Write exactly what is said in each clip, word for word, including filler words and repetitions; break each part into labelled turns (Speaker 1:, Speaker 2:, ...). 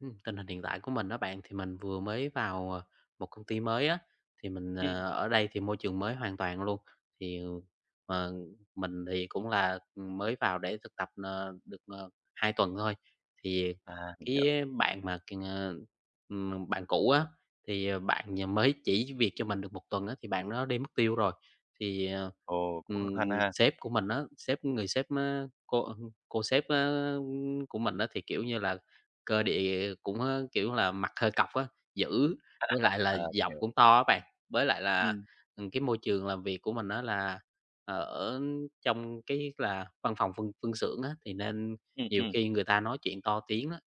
Speaker 1: Ừm, tình hình hiện tại của mình đó bạn, thì mình vừa mới vào, ờ, một công ty mới á, thì mình,
Speaker 2: Ừm.
Speaker 1: ờ, ở đây thì môi trường mới hoàn toàn luôn. Thì, ờ, mình thì cũng là, ừ, mới vào để thực tập, ờ, được, ờ, hai tuần thôi. Thì
Speaker 2: À, mình hiểu.
Speaker 1: cái bạn mà c ờ, ừm, bạn cũ á, thì, ờ, bạn nh mới chỉ việc cho mình được một tuần á, thì bạn nó đi mất tiêu rồi. Thì, ờ,
Speaker 2: Ồ, cũng khó
Speaker 1: ừm,
Speaker 2: khăn ha.
Speaker 1: sếp của mình á, sếp người sếp á, cô cô sếp á của mình á, thì, kiểu như là, cơ địa cũng, ơ, kiểu là, mặt hơi cọc á, dữ, với lại là
Speaker 2: À, mình
Speaker 1: giọng
Speaker 2: hiểu.
Speaker 1: cũng to á bạn. Với lại là,
Speaker 2: Ừm,
Speaker 1: ừm, cái môi trường làm việc của mình đó là ờ, ở trong cái là văn phòng phân phân xưởng á, thì nên
Speaker 2: ừm,
Speaker 1: nhiều
Speaker 2: ừm.
Speaker 1: khi người ta nói chuyện to tiếng á,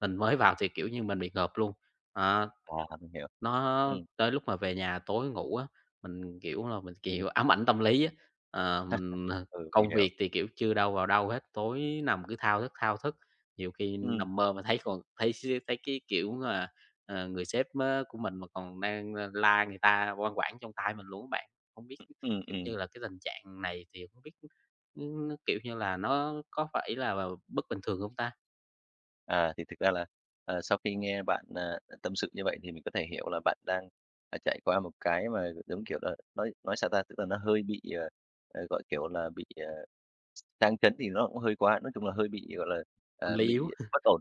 Speaker 1: mình mới vào thì, kiểu như, mình bị ngợp luôn. Đó.
Speaker 2: À, mình hiểu. Ừm,
Speaker 1: Nó tới lúc mà về nhà tối ngủ á, mình, kiểu là, mình, kiểu, ám ảnh tâm lý á. Ờ, mình, ờ
Speaker 2: ừ,
Speaker 1: công
Speaker 2: mình hiểu.
Speaker 1: việc thì, kiểu, chưa đâu vào đâu hết, tối nằm cứ thao thức, thao thức, nhiều khi
Speaker 2: Ừm,
Speaker 1: nằm mơ mà thấy còn thấy s thấy cái, kiểu là, ờ, người sếp á của mình mà còn đang, ơ, la người ta oan uổng trong tai mình luôn á bạn. Hông biết,
Speaker 2: ừm,
Speaker 1: kiểu
Speaker 2: ừm.
Speaker 1: như là, cái tình trạng này thì hông biết, ưm, nó, kiểu như là, nó có phải là bất bình thường hông ta?
Speaker 2: À, thì thực ra là, ờ, sau khi nghe bạn, à, tâm sự như vậy thì mình có thể hiểu là bạn đang, à, trải qua một cái mà, giống kiểu là, nói nói sao ta? Tức là nó hơi bị, ờ, ờ, gọi, kiểu là, bị, ờ, sang chấn thì nó cũng hơi quá, nói chung là hơi bị, gọi là,
Speaker 1: Tâm
Speaker 2: ờ,
Speaker 1: lý yếu.
Speaker 2: bị bất ổn.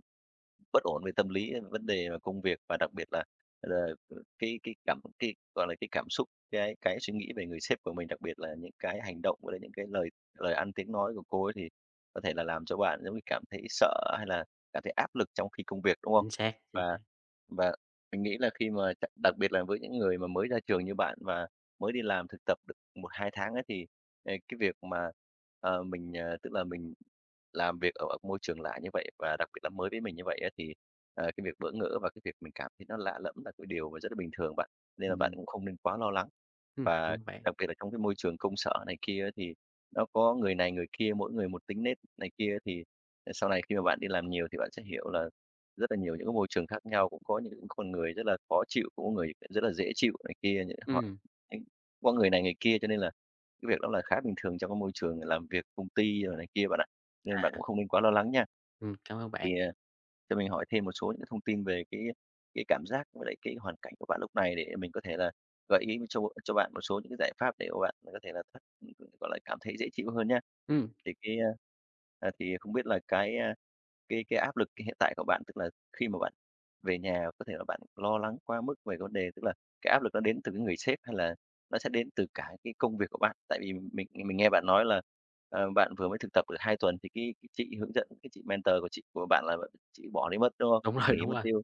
Speaker 2: Bất ổn về tâm lý, ờ, vấn đề mà công việc và đặc biệt là là cái cái cảm cái, gọi là, cái cảm xúc, cái cái suy nghĩ về người sếp của mình, đặc biệt là những cái hành động với lại những cái lời lời ăn tiếng nói của cô ấy thì có thể là làm cho bạn giống như cảm thấy sợ hay là cảm thấy áp lực trong khi công việc, đúng không?
Speaker 1: Chính xác, chính xác.
Speaker 2: Và và mình nghĩ là khi mà đặc biệt là với những người mà mới ra trường như bạn và mới đi làm thực tập được một hai tháng ấy thì ờ, cái việc mà, ờ, mình, ờ, tức là mình làm việc ở ở môi trường lạ như vậy và đặc biệt là mới với mình như vậy á, thì, ờ, cái việc bỡ ngỡ và cái việc mình cảm thấy nó lạ lẫm là cái điều mà rất là bình thường bạn, nên là bạn
Speaker 1: Ừm,
Speaker 2: cũng không nên quá lo lắng.
Speaker 1: ừm,
Speaker 2: Và
Speaker 1: đúng bạn.
Speaker 2: đặc biệt là trong cái môi trường công sở này kia á, thì nó có người này người kia, mỗi người một tính nết này kia thì, ờ, sau này khi mà bạn đi làm nhiều thì bạn sẽ hiểu là rất là nhiều những cái môi trường khác nhau, cũng có những con người rất là khó chịu, cũng có người rất là dễ chịu này kia, những họ
Speaker 1: Ừm,
Speaker 2: những có người này người kia cho nên là cái việc đó là khá bình thường trong cái môi trường làm việc công ty rồi này kia bạn ạ, nên bạn cũng không nên quá lo lắng nha.
Speaker 1: ừm, cảm ơn bạn.
Speaker 2: Thì, à, cho mình hỏi thêm một số những cái thông tin về cái cái cảm giác với lại cái hoàn cảnh của bạn lúc này để mình có thể là gợi ý cho cho bạn một số những cái giải pháp để bạn có thể là thoát, gọi là, cảm thấy dễ chịu hơn nhá.
Speaker 1: Ừm,
Speaker 2: Thì cái, a, à, thì không biết là cái, à, cái cái áp lực hiện tại của bạn, tức là khi mà bạn về nhà có thể là bạn lo lắng quá mức về vấn đề, tức là cái áp lực nó đến từ cái người sếp hay là nó sẽ đến từ cả cái công việc của bạn? Tại vì mình mình nghe bạn nói là, ờ, bạn vừa mới thực tập được hai tuần thì cái cái chị hướng dẫn, cái chị mentor của chị của bạn là chị bỏ đi mất, đúng không?
Speaker 1: đúng
Speaker 2: Chị
Speaker 1: rồi,
Speaker 2: nghỉ
Speaker 1: đúng
Speaker 2: mất
Speaker 1: rồi.
Speaker 2: tiêu.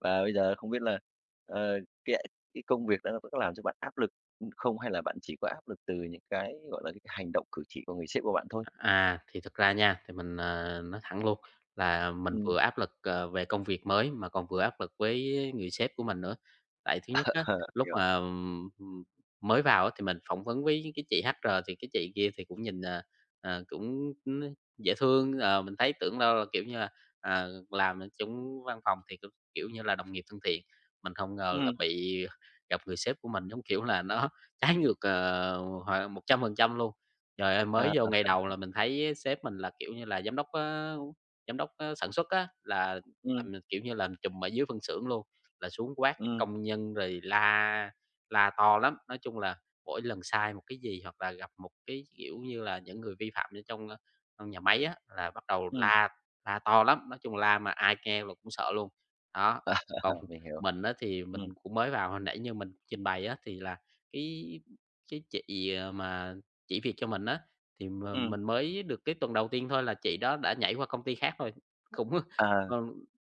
Speaker 2: Và bây giờ không biết là, ờ, cái cái công việc đó nó có làm cho bạn áp lực, không hay là bạn chỉ có áp lực từ những cái, gọi là, cái hành động cử chỉ của người sếp của bạn thôi?
Speaker 1: À, thì thực ra nha, thì mình, ờ, nói thẳng luôn là mình
Speaker 2: Ừm,
Speaker 1: vừa áp lực, ờ, về công việc mới mà còn vừa áp lực với người sếp của mình nữa. Tại thứ nhất á,
Speaker 2: ờ,
Speaker 1: lúc
Speaker 2: hiểu.
Speaker 1: mà, ừm, ừm, mới vào á, thì mình phỏng vấn với cái chị hát e rờ thì cái chị kia thì cũng nhìn, ờ, ờ, cũng, ưm, dễ thương, ờ, mình thấy tưởng đâu là, kiểu như là, à, làm ở chung văn phòng thì cũng, kiểu như là, đồng nghiệp thân thiện. Mình không ngờ là
Speaker 2: Ừm,
Speaker 1: bị gặp người sếp của mình, giống kiểu là, nó trái ngược, ờ, hoàn một trăm phần trăm luôn. Trời ơi, mới
Speaker 2: ờ,
Speaker 1: vô
Speaker 2: ờ,
Speaker 1: ngày đầu là mình thấy sếp mình là, kiểu như là, giám đốc á giám đốc á sản xuất á, là
Speaker 2: ừm.
Speaker 1: làm, kiểu như là, trùm ở dưới phân xưởng luôn, là xuống quát
Speaker 2: Ừm,
Speaker 1: công nhân rồi la la to lắm. Nói chung là mỗi lần sai một cái gì hoặc là gặp một cái, kiểu như là, những người vi phạm ở trong, ơ, trong nhà máy á, là bắt đầu
Speaker 2: ừm,
Speaker 1: la la to lắm, nói chung la mà ai nghe là cũng sợ luôn. Đó,
Speaker 2: à,
Speaker 1: còn
Speaker 2: mình hiểu,
Speaker 1: mình á thì mình
Speaker 2: ừm,
Speaker 1: cũng mới vào, hồi nãy như mình trình bày á, thì là cái cái chị, ờ, mà chỉ việc cho mình á, thì m
Speaker 2: ừm,
Speaker 1: mình mới được cái tuần đầu tiên thôi là chị đó đã nhảy qua công ty khác rồi. Cũng
Speaker 2: à,
Speaker 1: ờ,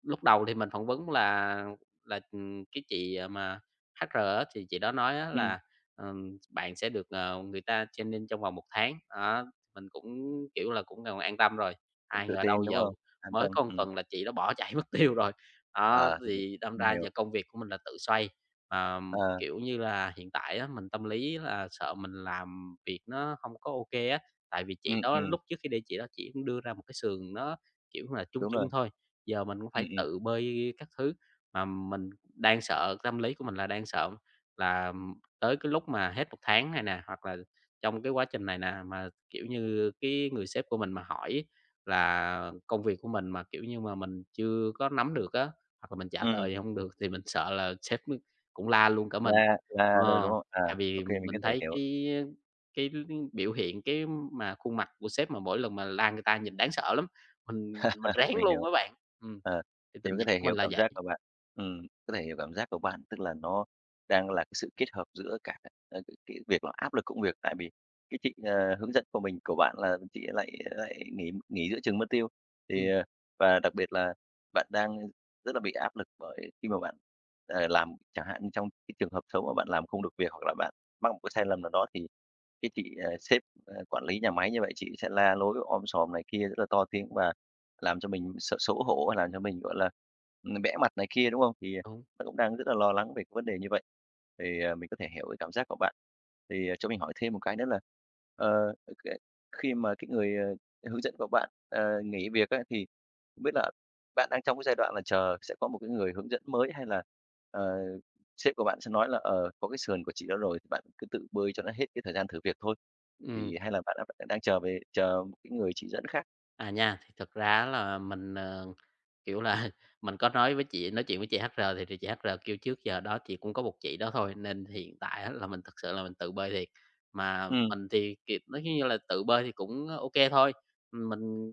Speaker 1: lúc đầu thì mình phỏng vấn là là, ừm, cái chị, à, mà hát e rờ á, thì chị đó nói á
Speaker 2: ừm,
Speaker 1: là, ừm, bạn sẽ được, ờ, người ta training trong vòng một tháng. Đó, mình cũng, kiểu là, cũng còn an tâm rồi,
Speaker 2: cũng
Speaker 1: ai
Speaker 2: tự
Speaker 1: ngờ đâu
Speaker 2: tin, đúng
Speaker 1: giờ
Speaker 2: không? An
Speaker 1: mới
Speaker 2: tâm,
Speaker 1: có một
Speaker 2: ừm,
Speaker 1: tuần là chị đó bỏ chạy mất tiêu rồi. Đó,
Speaker 2: à thì mình
Speaker 1: thì đâm
Speaker 2: mình
Speaker 1: ra
Speaker 2: hiểu,
Speaker 1: giờ công việc của mình là tự xoay, mà
Speaker 2: à
Speaker 1: kiểu như là, hiện tại á, mình tâm lý là sợ mình làm việc nó không có ok á, tại vì chị
Speaker 2: ừm,
Speaker 1: đó
Speaker 2: ừm,
Speaker 1: lúc trước khi để chị đó chỉ cũng đưa ra một cái sườn nó, kiểu là, chung
Speaker 2: đúng
Speaker 1: chung
Speaker 2: rồi,
Speaker 1: thôi, giờ mình cũng phải
Speaker 2: ừm, ừm,
Speaker 1: tự bơi các thứ. Mà mình đang sợ tâm lý của mình là đang sợ là tới cái lúc mà hết một tháng này nè, hoặc là trong cái quá trình này nè, mà, kiểu như, cái người sếp của mình mà hỏi là công việc của mình mà, kiểu như, mà mình chưa có nắm được á, hoặc là mình trả
Speaker 2: ừm,
Speaker 1: lời không được thì mình sợ là sếp cũng la luôn cả mình.
Speaker 2: la la rồi, đúng
Speaker 1: Ờ,
Speaker 2: không? À,
Speaker 1: tại
Speaker 2: ô
Speaker 1: vì
Speaker 2: kê, mình có
Speaker 1: mình
Speaker 2: thể
Speaker 1: thấy
Speaker 2: hiểu.
Speaker 1: cái cái biểu hiện, cái mà khuôn mặt của sếp mà mỗi lần mà la người ta nhìn đáng sợ lắm, mình mình rén
Speaker 2: Mình
Speaker 1: luôn
Speaker 2: hiểu.
Speaker 1: á bạn. Ừm,
Speaker 2: Ờ,
Speaker 1: thì
Speaker 2: thì
Speaker 1: tình
Speaker 2: mình có
Speaker 1: trạng
Speaker 2: thể
Speaker 1: của mình
Speaker 2: hiểu
Speaker 1: là
Speaker 2: cảm
Speaker 1: vậy.
Speaker 2: giác của bạn. Ừm, có thể hiểu cảm giác của bạn, tức là nó đang là cái sự kết hợp giữa cả, ờ, cái cái việc là áp lực công việc, tại vì cái chị, ờ, hướng dẫn của mình của bạn là chị lại lại nghỉ nghỉ giữa chừng mất tiêu. Thì,
Speaker 1: Ừm,
Speaker 2: ờ, và đặc biệt là bạn đang rất là bị áp lực bởi khi mà bạn, ờ, làm chẳng hạn như trong cái trường hợp xấu mà bạn làm không được việc, hoặc là bạn mắc một cái sai lầm nào đó thì cái chị, ờ, sếp, ờ, quản lý nhà máy như vậy chị sẽ la lối om sòm này kia rất là to tiếng và làm cho mình s xấu hổ, và làm cho mình, gọi là, ừm, bẽ mặt này kia, đúng không? Thì à,
Speaker 1: đúng.
Speaker 2: bạn cũng đang rất là lo lắng về cái vấn đề như vậy, thì, ờ, mình có thể hiểu cái cảm giác của bạn. Thì, ờ, cho mình hỏi thêm một cái nữa là, ờ, cái khi mà cái người, ờ, hướng dẫn của bạn, ờ, nghỉ việc á, thì không biết là bạn đang trong cái giai đoạn là chờ sẽ có một cái người hướng dẫn mới hay là, ờ, sếp của bạn sẽ nói là "Ờ, có cái sườn của chị đó rồi thì bạn cứ tự bơi cho nó hết cái thời gian thử việc thôi."
Speaker 1: Ừm.
Speaker 2: Thì hay là bạn đã đang chờ về chờ một cái người chỉ dẫn khác?
Speaker 1: À, nha, thì thật ra á là mình, ờ, kiểu là, mình có nói với chị nói chuyện với chị hát e rờ thì thì chị ét cờ rờ kêu trước giờ đó chị cũng có một chị đó thôi, nên hiện tại á là mình thực sự là mình tự bơi thiệt. Mà
Speaker 2: Ừm,
Speaker 1: mình thì, kiểu, nói như là tự bơi thì cũng ok thôi, mình, ừ,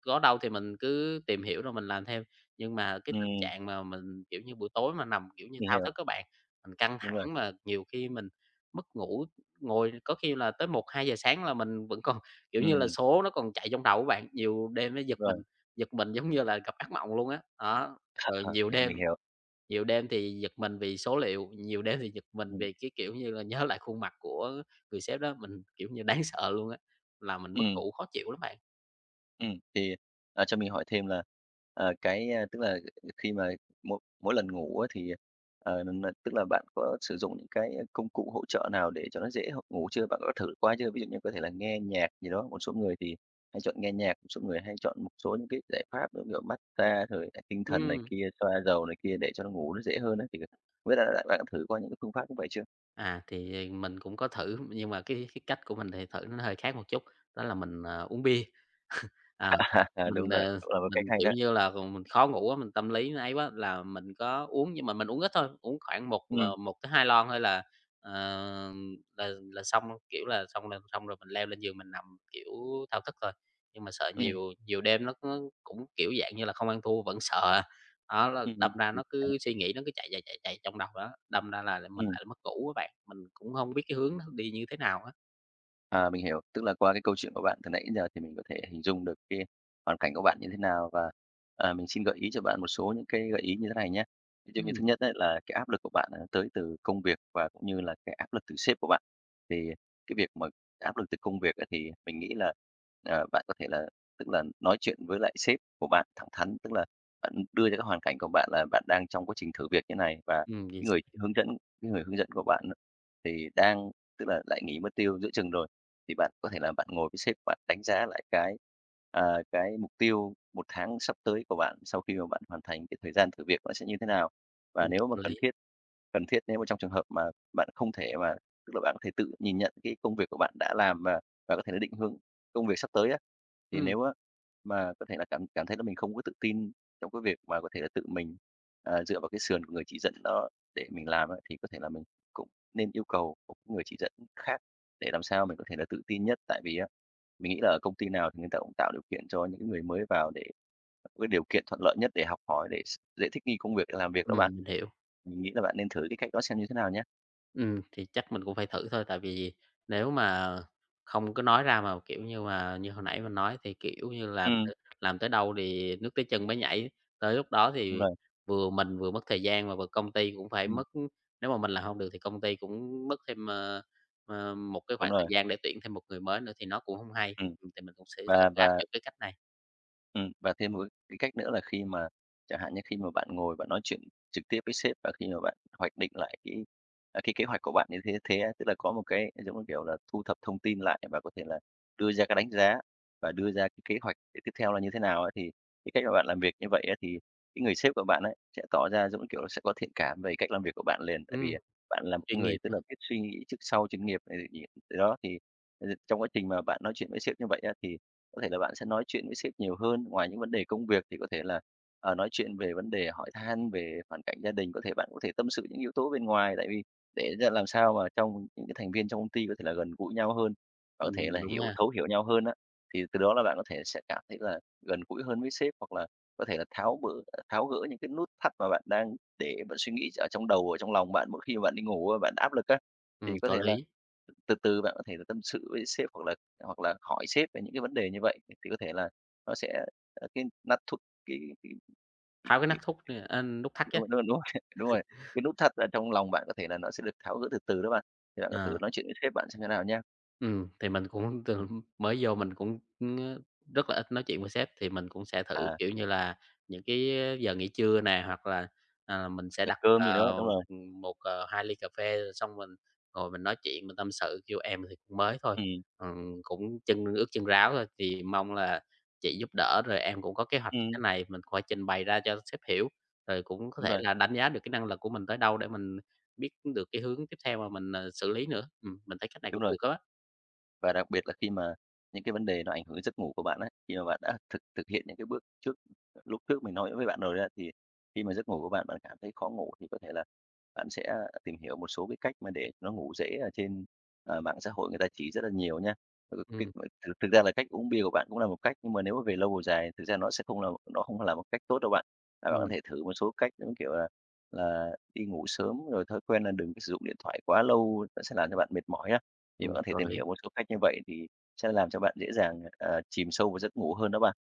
Speaker 1: có đâu thì mình cứ tìm hiểu rồi mình làm theo. Nhưng mà cái tình
Speaker 2: ừm.
Speaker 1: trạng mà mình, kiểu như, buổi tối mà nằm, kiểu như,
Speaker 2: Mình
Speaker 1: thao
Speaker 2: hiểu,
Speaker 1: thức các bạn, mình căng
Speaker 2: đúng rồi.
Speaker 1: thẳng mà nhiều khi mình mất ngủ, ngồi có khi là tới một hai giờ sáng là mình vẫn còn kiểu như là,
Speaker 2: Ừm,
Speaker 1: số nó còn chạy trong đầu của bạn, nhiều đêm nó giật
Speaker 2: đúng
Speaker 1: mình,
Speaker 2: rồi,
Speaker 1: giật mình giống như là gặp ác mộng luôn á. Đó, rồi
Speaker 2: ờ,
Speaker 1: nhiều
Speaker 2: thì
Speaker 1: đêm
Speaker 2: mình hiểu.
Speaker 1: nhiều đêm thì giật mình vì số liệu, nhiều đêm thì giật mình
Speaker 2: Ừm,
Speaker 1: vì cái, kiểu như là, nhớ lại khuôn mặt của người sếp đó, mình, kiểu như, đáng sợ luôn á, là mình mất
Speaker 2: ừm,
Speaker 1: ngủ khó chịu lắm bạn.
Speaker 2: ừm, thì, à, cho mình hỏi thêm là, ờ, cái, a, tức là khi mà mỗi mỗi lần ngủ á thì, ờ, là tức là bạn có sử dụng những cái công cụ hỗ trợ nào để cho nó dễ h ngủ chưa? Bạn có thử qua chưa? Ví dụ như có thể là nghe nhạc gì đó, một số người thì hay chọn nghe nhạc, một số người hay chọn một số những cái giải pháp giống kiểu mát-xa rồi lại tinh thần này
Speaker 1: Ừm,
Speaker 2: kia, xoa dầu này kia để cho nó ngủ nó dễ hơn á, thì không biết là bạn đã thử qua những cái phương pháp như vậy chưa?
Speaker 1: à, thì mình cũng có thử, nhưng mà cái cái cách của mình thì thử nó hơi khác một chút, đó là mình, à, uống bia. À,
Speaker 2: À,
Speaker 1: mình,
Speaker 2: đúng rồi,
Speaker 1: ờ,
Speaker 2: cũng là một cách
Speaker 1: mình,
Speaker 2: hay
Speaker 1: kiểu
Speaker 2: đó.
Speaker 1: như là, còn mình khó ngủ á, mình tâm lý nó ấy quá là mình có uống nhưng mà mình uống ít thôi, uống khoảng một,
Speaker 2: Ừm.
Speaker 1: ờ, một hai lon thôi là, ờ, là là xong, kiểu là, xong là xong rồi mình leo lên giường mình nằm, kiểu, thao thức thôi. Nhưng mà sợ
Speaker 2: Ừm,
Speaker 1: nhiều nhiều đêm nó nó cũng, kiểu, dạng như là, không ăn thua vẫn sợ à, đó là đâm
Speaker 2: ừm,
Speaker 1: ra nó cứ suy nghĩ nó cứ chạy, chạy, chạy, chạy trong đầu đó, đâm ra là mình
Speaker 2: ừm,
Speaker 1: lại mất ngủ các bạn, mình cũng không biết cái hướng nó đi như thế nào á.
Speaker 2: à, mình hiểu. Tức là qua cái câu chuyện của bạn từ nãy giờ thì mình có thể hình dung được cái hoàn cảnh của bạn như thế nào và, ờ, mình xin gợi ý cho bạn một số những cái gợi ý như thế này nhé. Ví dụ như
Speaker 1: Ừm,
Speaker 2: thứ nhất đấy là cái áp lực của bạn, à, tới từ công việc và cũng như là cái áp lực từ sếp của bạn. Thì cái việc mà áp lực từ công việc á thì mình nghĩ là, ờ, bạn có thể là tức là nói chuyện với lại sếp của bạn thẳng thắn, tức là bạn đưa ra cái hoàn cảnh của bạn là bạn đang trong quá trình thử việc như này và
Speaker 1: ừm, chính
Speaker 2: cái
Speaker 1: xác,
Speaker 2: người hướng dẫn cái người hướng dẫn của bạn á thì đang tức là lại nghỉ mất tiêu giữa chừng rồi. Thì bạn có thể là bạn ngồi với sếp bạn đánh giá lại cái, à, cái mục tiêu một tháng sắp tới của bạn sau khi mà bạn hoàn thành cái thời gian thử việc nó sẽ như thế nào? Và nếu mà
Speaker 1: hợp lý.
Speaker 2: cần thiết cần thiết nếu mà trong trường hợp mà bạn không thể mà tức là bạn có thể tự nhìn nhận cái công việc của bạn đã làm và và có thể là định hướng công việc sắp tới á. Thì
Speaker 1: Ừm,
Speaker 2: nếu á mà có thể là cảm cảm thấy là mình không có tự tin trong cái việc mà có thể là tự mình, à, dựa vào cái sườn của người chỉ dẫn đó để mình làm á, thì có thể là mình cũng nên yêu cầu một cái người chỉ dẫn khác để làm sao mình có thể là tự tin nhất. Tại vì á, mình nghĩ là ở công ty nào thì người ta cũng tạo điều kiện cho những cái người mới vào để có cái điều kiện thuận lợi nhất để học hỏi, để s dễ thích nghi công việc, để làm việc đó
Speaker 1: ừm,
Speaker 2: bạn.
Speaker 1: mình hiểu.
Speaker 2: Mình nghĩ là bạn nên thử cái cách đó xem như thế nào nhé.
Speaker 1: Ừm, thì chắc mình cũng phải thử thôi, tại vì nếu mà không có nói ra mà, kiểu như mà, như hồi nãy mình nói thì, kiểu như, làm t
Speaker 2: Ừm,
Speaker 1: làm tới đâu thì nước tới chân mới nhảy, tới lúc đó
Speaker 2: đúng
Speaker 1: thì
Speaker 2: rồi,
Speaker 1: vừa mình vừa mất thời gian mà vừa công ty cũng phải
Speaker 2: ừm,
Speaker 1: mất nếu mà mình làm không được thì công ty cũng mất thêm, ờ, ờ, một cái
Speaker 2: đúng
Speaker 1: khoảng thời
Speaker 2: rồi,
Speaker 1: gian để tuyển thêm một người mới nữa thì nó cũng không hay.
Speaker 2: ừm.
Speaker 1: Ừm, thì mình cũng sẽ thử
Speaker 2: Và
Speaker 1: áp
Speaker 2: và
Speaker 1: dụng cái cách này.
Speaker 2: Ừm, và thêm một cái cách nữa là khi mà chẳng hạn như khi mà bạn ngồi bạn nói chuyện trực tiếp với sếp và khi mà bạn hoạch định lại cái, à, cái kế hoạch của bạn như thế thế á, tức là có một cái, giống như kiểu là, thu thập thông tin lại và có thể là đưa ra cái đánh giá và đưa ra cái kế hoạch để tiếp theo là như thế nào á, thì cái cách mà bạn làm việc như vậy á, thì cái người sếp của bạn ấy sẽ tỏ ra, giống như kiểu là, sẽ có thiện cảm về cách làm việc của bạn liền. Tại vì,
Speaker 1: Ừm,
Speaker 2: à, bạn là một
Speaker 1: chuyên nghiệp
Speaker 2: người, tức
Speaker 1: ha.
Speaker 2: là, biết suy nghĩ trước sau chuyên nghiệp, ờ, nh đó thì, ờ, trong quá trình mà bạn nói chuyện với sếp như vậy á, thì có thể là bạn sẽ nói chuyện với sếp nhiều hơn, ngoài những vấn đề công việc thì có thể là, ờ, nói chuyện về vấn đề hỏi han về hoàn cảnh gia đình, có thể bạn có thể tâm sự những yếu tố bên ngoài, tại vì để ra làm sao mà trong những cái thành viên trong công ty có thể là gần gũi nhau hơn, và có thể là
Speaker 1: Đúng
Speaker 2: hiểu
Speaker 1: nha,
Speaker 2: thấu hiểu nhau hơn á, thì từ đó là bạn có thể sẽ cảm thấy là gần gũi hơn với sếp, hoặc là có thể là tháo bỡ ờ, tháo gỡ những cái nút thắt mà bạn đang để bạn suy nghĩ ở trong đầu, ở trong lòng bạn mỗi khi mà bạn đi ngủ, bạn áp lực á,
Speaker 1: ừm,
Speaker 2: thì có
Speaker 1: có
Speaker 2: thể là
Speaker 1: lý,
Speaker 2: từ từ bạn có thể là tâm sự với sếp hoặc là hoặc là hỏi sếp về những cái vấn đề như vậy thì có thể là nó sẽ, ờ, cái nát thút cái cái cái
Speaker 1: tháo cái nắp
Speaker 2: cái
Speaker 1: thúc nè, a, nút thắt chứ.
Speaker 2: đúng, đúng, đúng rồi, đúng rồi, cái nút thắt ở trong lòng bạn có thể là nó sẽ được tháo gỡ từ từ đó bạn. Thì bạn có
Speaker 1: Ờ.
Speaker 2: thử nói chuyện với sếp bạn xem thế nào nhá.
Speaker 1: Ừm, thì mình cũng từ mới vô mình cũng, ưm, rất là ít nói chuyện với sếp, thì mình cũng sẽ thử,
Speaker 2: À,
Speaker 1: kiểu như là, những cái giờ nghỉ trưa nè, hoặc là, à, mình sẽ
Speaker 2: tiệc
Speaker 1: đặt,
Speaker 2: cơm gì đó,
Speaker 1: ờ,
Speaker 2: đúng rồi.
Speaker 1: ừm, ờ, hai ly cà phê rồi xong mình ngồi mình nói chuyện, mình tâm sự, kêu "Em thì cũng mới thôi,
Speaker 2: Ừm,
Speaker 1: ừm, cũng chân ướt chân ráo thôi, thì mong là chị giúp đỡ, rồi em cũng có kế hoạch như thế
Speaker 2: ừm,
Speaker 1: này, mình cũng phải trình bày ra cho sếp hiểu." Rồi cũng có
Speaker 2: đúng
Speaker 1: thể
Speaker 2: rồi,
Speaker 1: là đánh giá được cái năng lực của mình tới đâu để mình biết được cái hướng tiếp theo mà mình, ờ, xử lý nữa. Ừm, mình thấy cách này cũng
Speaker 2: đúng rồi.
Speaker 1: được đó.
Speaker 2: Và đặc biệt là khi mà những cái vấn đề nó ảnh hưởng đến giấc ngủ của bạn á, khi mà bạn đã thực thực hiện những cái bước trước lúc trước mình nói với bạn rồi á, thì khi mà giấc ngủ của bạn, bạn cảm thấy khó ngủ thì có thể là bạn sẽ tìm hiểu một số cái cách mà để nó ngủ dễ ở trên, ờ, mạng xã hội người ta chỉ rất là nhiều nha. Ừ, cái
Speaker 1: Ừm,
Speaker 2: thực thực ra là cách uống bia của bạn cũng là một cách, nhưng mà nếu mà về lâu về dài thực ra nó sẽ không là nó không là một cách tốt đâu bạn. Là bạn có
Speaker 1: ừm,
Speaker 2: thể thử một số cách giống kiểu là là đi ngủ sớm, rồi thói quen là đừng có sử dụng điện thoại quá lâu, nó sẽ làm cho bạn mệt mỏi á. Thì bạn
Speaker 1: ừm,
Speaker 2: có thể
Speaker 1: có
Speaker 2: tìm
Speaker 1: lý.
Speaker 2: hiểu một số cách như vậy thì sẽ làm cho bạn dễ dàng, ờ, chìm sâu vào giấc ngủ hơn đó bạn.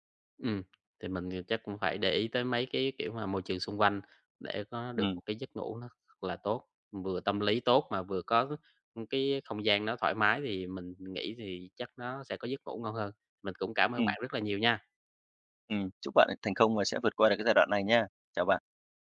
Speaker 1: Ừm, thì mình thì chắc cũng phải để ý tới mấy cái, kiểu mà, môi trường xung quanh để có được
Speaker 2: Ừ.
Speaker 1: một cái giấc ngủ nó thật là tốt, vừa tâm lý tốt mà vừa có, cái không gian nó thoải mái thì mình nghĩ thì chắc nó sẽ có giấc ngủ ngon hơn. Mình cũng cảm ơn
Speaker 2: Ừm,
Speaker 1: bạn rất là nhiều nha.
Speaker 2: ừm, chúc bạn thành công và sẽ vượt qua được cái giai đoạn này nha. Chào bạn.